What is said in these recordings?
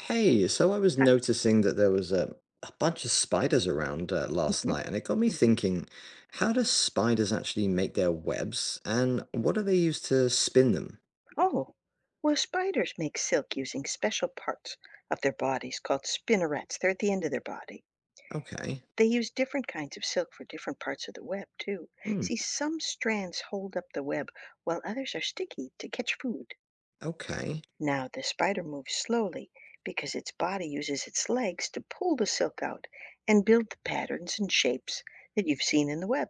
Hey, so I was Uh, noticing that there was a bunch of spiders around last mhm, night, and it got me mhm. thinking, how do spiders actually make their webs, and what do they use to spin them? Oh, well, spiders make silk using special parts of their bodies called spinnerets. They're at the end of their body. Okay. They use different kinds of silk for different parts of the web, too. Hmm. See, some strands hold up the web, while others are sticky to catch food. Okay. Now, the spider moves slowly because its body uses its legs to pull the silk out and build the patterns and shapes that you've seen in the web.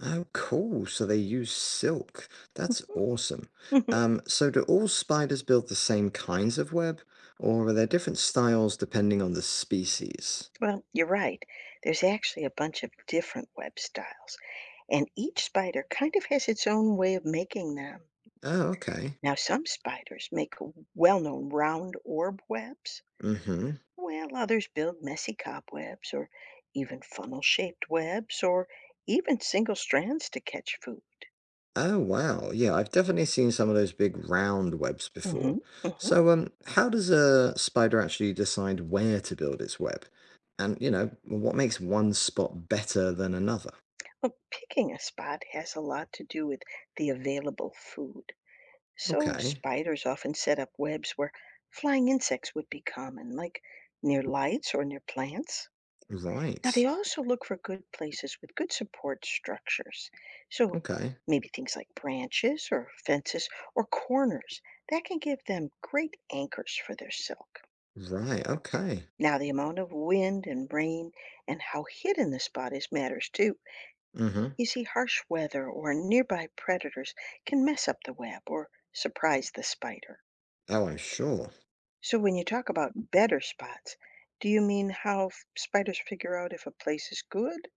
Oh, cool. So they use silk. That's awesome. So do all spiders build the same kinds of web, or are there different styles depending on the species? Well, you're right. There's actually a bunch of different web styles and each spider kind of has its own way of making them. Oh, okay. Now, some spiders make well-known round orb webs, Mm-hmm. while others build messy cobwebs or even funnel-shaped webs or even single strands to catch food. Oh wow. Yeah, I've definitely seen some of those big round webs Hmm. before. Hmm. So how does a spider actually decide where to build its web? And what makes one spot better than another? Well, picking a spot has a lot to do with the available food. So Okay. spiders often set up webs where flying insects would be common, like near lights or near plants. Now, they Right. also look for good places with good support structures. So, Okay. maybe things like branches or fences or corners that can give them great anchors for their silk. Right. Okay. Now, the amount of wind and rain and how hidden the spot is matters too. Mm-hmm. You see, harsh weather or nearby predators can mess up the web or surprise the spider. Oh, I'm sure. So, when you talk about better spots, do you mean how spiders figure out if a place is good?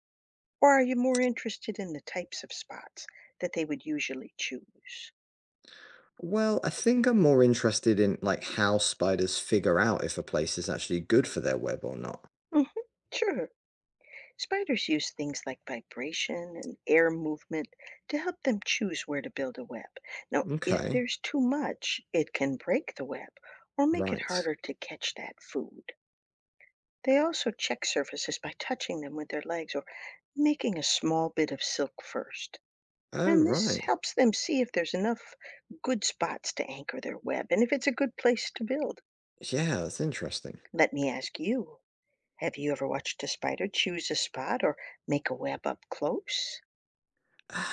Or are you more interested in the types of spots that they would usually choose? Well, I think I'm more interested in like how spiders figure out if a place is actually good for their web or not. Mhm, sure. Spiders use things like vibration and air movement to help them choose where to build a web. Now, if Okay. there's too much, it can break the web or make it Right. harder to catch that food. They also check surfaces by touching them with their legs or making a small bit of silk first. Oh, And this right. helps them see if there's enough good spots to anchor their web and if it's a good place to build. Yeah, that's interesting. Let me ask you, have you ever watched a spider choose a spot or make a web up close?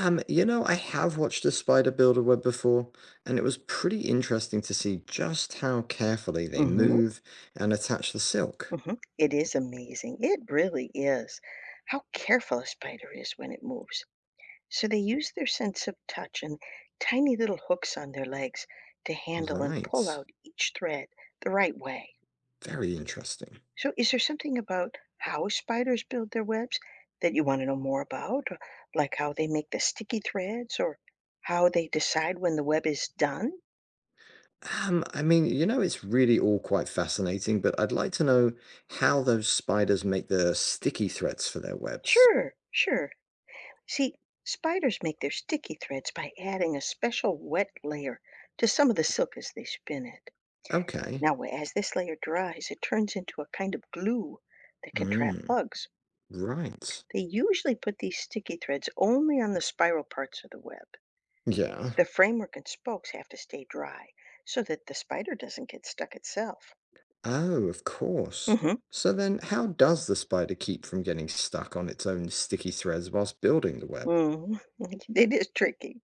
You know, I have watched a spider build a web before, and it was pretty interesting to see just how carefully they Hmm. move and attach the silk. Hmm. It is amazing. It really is. How careful a spider is when it moves. So they use their sense of touch and tiny little hooks on their legs to handle and pull Right. out each thread the right way. Very interesting. So is there something about how spiders build their webs that you want to know more about? Or like how they make the sticky threads or how they decide when the web is done? I mean, you know, it's really all quite fascinating, but I'd like to know how those spiders make the sticky threads for their webs. Sure, sure. See, spiders make their sticky threads by adding a special wet layer to some of the silk as they spin it. Okay. Now, as this layer dries, it turns into a kind of glue that can trap Mm, bugs. right. They usually put these sticky threads only on the spiral parts of the web. Yeah. The framework and spokes have to stay dry so that the spider doesn't get stuck itself. Oh, of course. Mm-hmm. So then, how does the spider keep from getting stuck on its own sticky threads whilst building the web? Mm-hmm. It is tricky.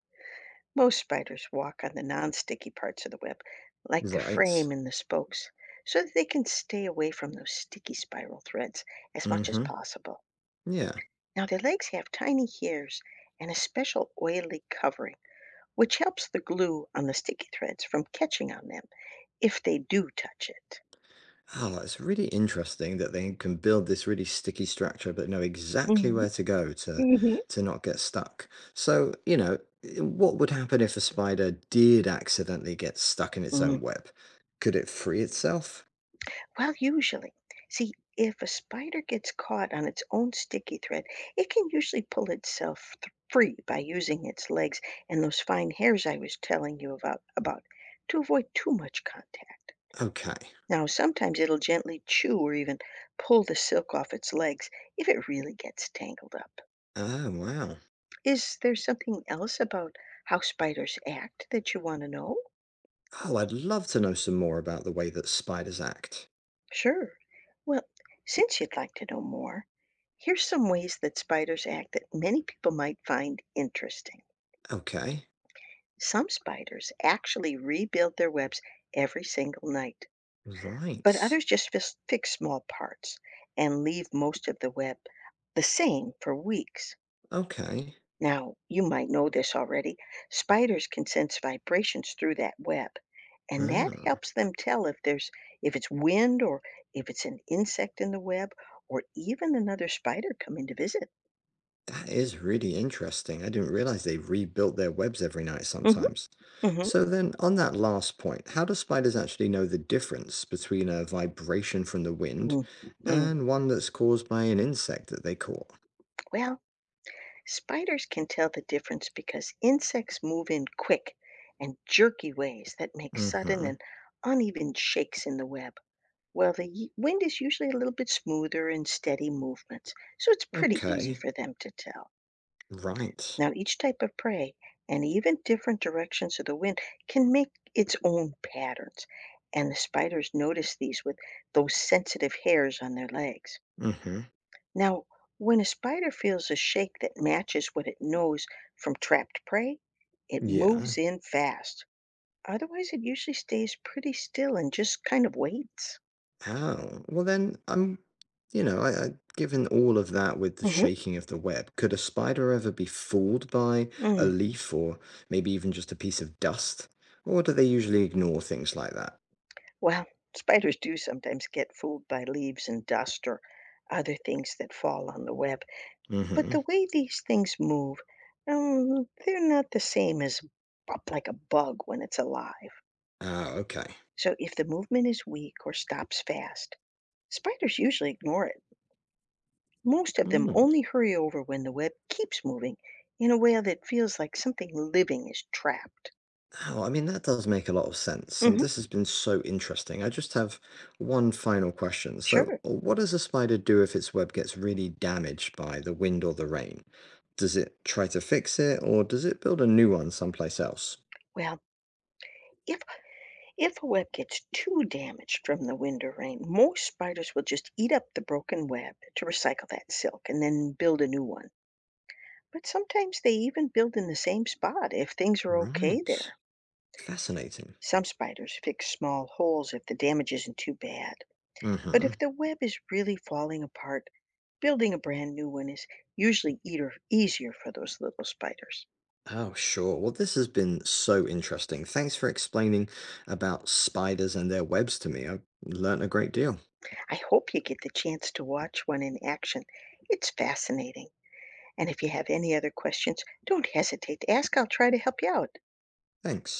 Most spiders walk on the non-sticky parts of the web, like the Right. frame and the spokes, so that they can stay away from those sticky spiral threads as much as Mm-hmm. possible. Yeah. Now, their legs have tiny hairs and a special oily covering, which helps the glue on the sticky threads from catching on them if they do touch it. Oh, it's really interesting that they can build this really sticky structure, but know exactly Hmm. where to go Hmm. to not get stuck. So, you know, what would happen if a spider did accidentally get stuck in its own Mhm. web? Could it free itself? Well, usually. See, if a spider gets caught on its own sticky thread, it can usually pull itself free by using its legs and those fine hairs I was telling you about, to avoid too much contact. Okay. Now, sometimes it'll gently chew or even pull the silk off its legs if it really gets tangled up. Oh, wow. Is there something else about how spiders act that you want to know? Oh, I'd love to know some more about the way that spiders act. Sure. Well, since you'd like to know more, here's some ways that spiders act that many people might find interesting. Okay. Some spiders actually rebuild their webs every single night, but Right. others just fix small parts and leave most of the web the same for weeks. Okay. Now, you might know this already. Spiders can sense vibrations through that web, and that Ah, helps them tell if there's if it's wind or if it's an insect in the web or even another spider coming to visit. that is really interesting. I didn't realize they rebuilt their webs every night Hmm. sometimes. Hmm. So then, on that last point, how do spiders actually know the difference between a vibration from the wind Mm. Mm. and one that's caused by an insect that they caught? Well, spiders can tell the difference because insects move in quick and jerky ways that make sudden Mm-hmm. and uneven shakes in the web, while the wind is usually a little bit smoother and steady movements, so it's pretty easy Okay. for them to tell. Right. Now, each type of prey and even different directions of the wind can make its own patterns, and the spiders notice these with those sensitive hairs on their legs. Mm-hmm. Now, when a spider feels a shake that matches what it knows from trapped prey, it Yeah. moves in fast. Otherwise, it usually stays pretty still and just kind of waits. Oh, well then, I'm, you know, I, given all of that with the Hmm. shaking of the web, could a spider ever be fooled by a Mm. leaf or maybe even just a piece of dust? Or do they usually ignore things like that? Well, spiders do sometimes get fooled by leaves and dust or other things that fall on the web. But Mm-hmm. the way these things move, they're not the same as up like a bug when it's alive. Ah, okay. So if the movement is weak or stops fast, spiders usually ignore it. Most of them Hmm. only hurry over when the web keeps moving in a way that feels like something living is trapped. Oh, I mean, that does make a lot of sense, and Hmm. this has been so interesting. I just have one final question. So, Sure. What does a spider do if its web gets really damaged by the wind or the rain? Does it try to fix it, or does it build a new one someplace else? Well, if if a web gets too damaged from the wind or rain, most spiders will just eat up the broken web to recycle that silk and then build a new one. But sometimes they even build in the same spot if things are okay Right. there. Fascinating. Some spiders fix small holes if the damage isn't too bad. But Hmm. if the web is really falling apart, building a brand new one is usually easier for those little spiders. Oh, sure. Well, this has been so interesting. Thanks for explaining about spiders and their webs to me. I've learned a great deal. I hope you get the chance to watch one in action. It's fascinating. And if you have any other questions, don't hesitate to ask. I'll try to help you out. Thanks.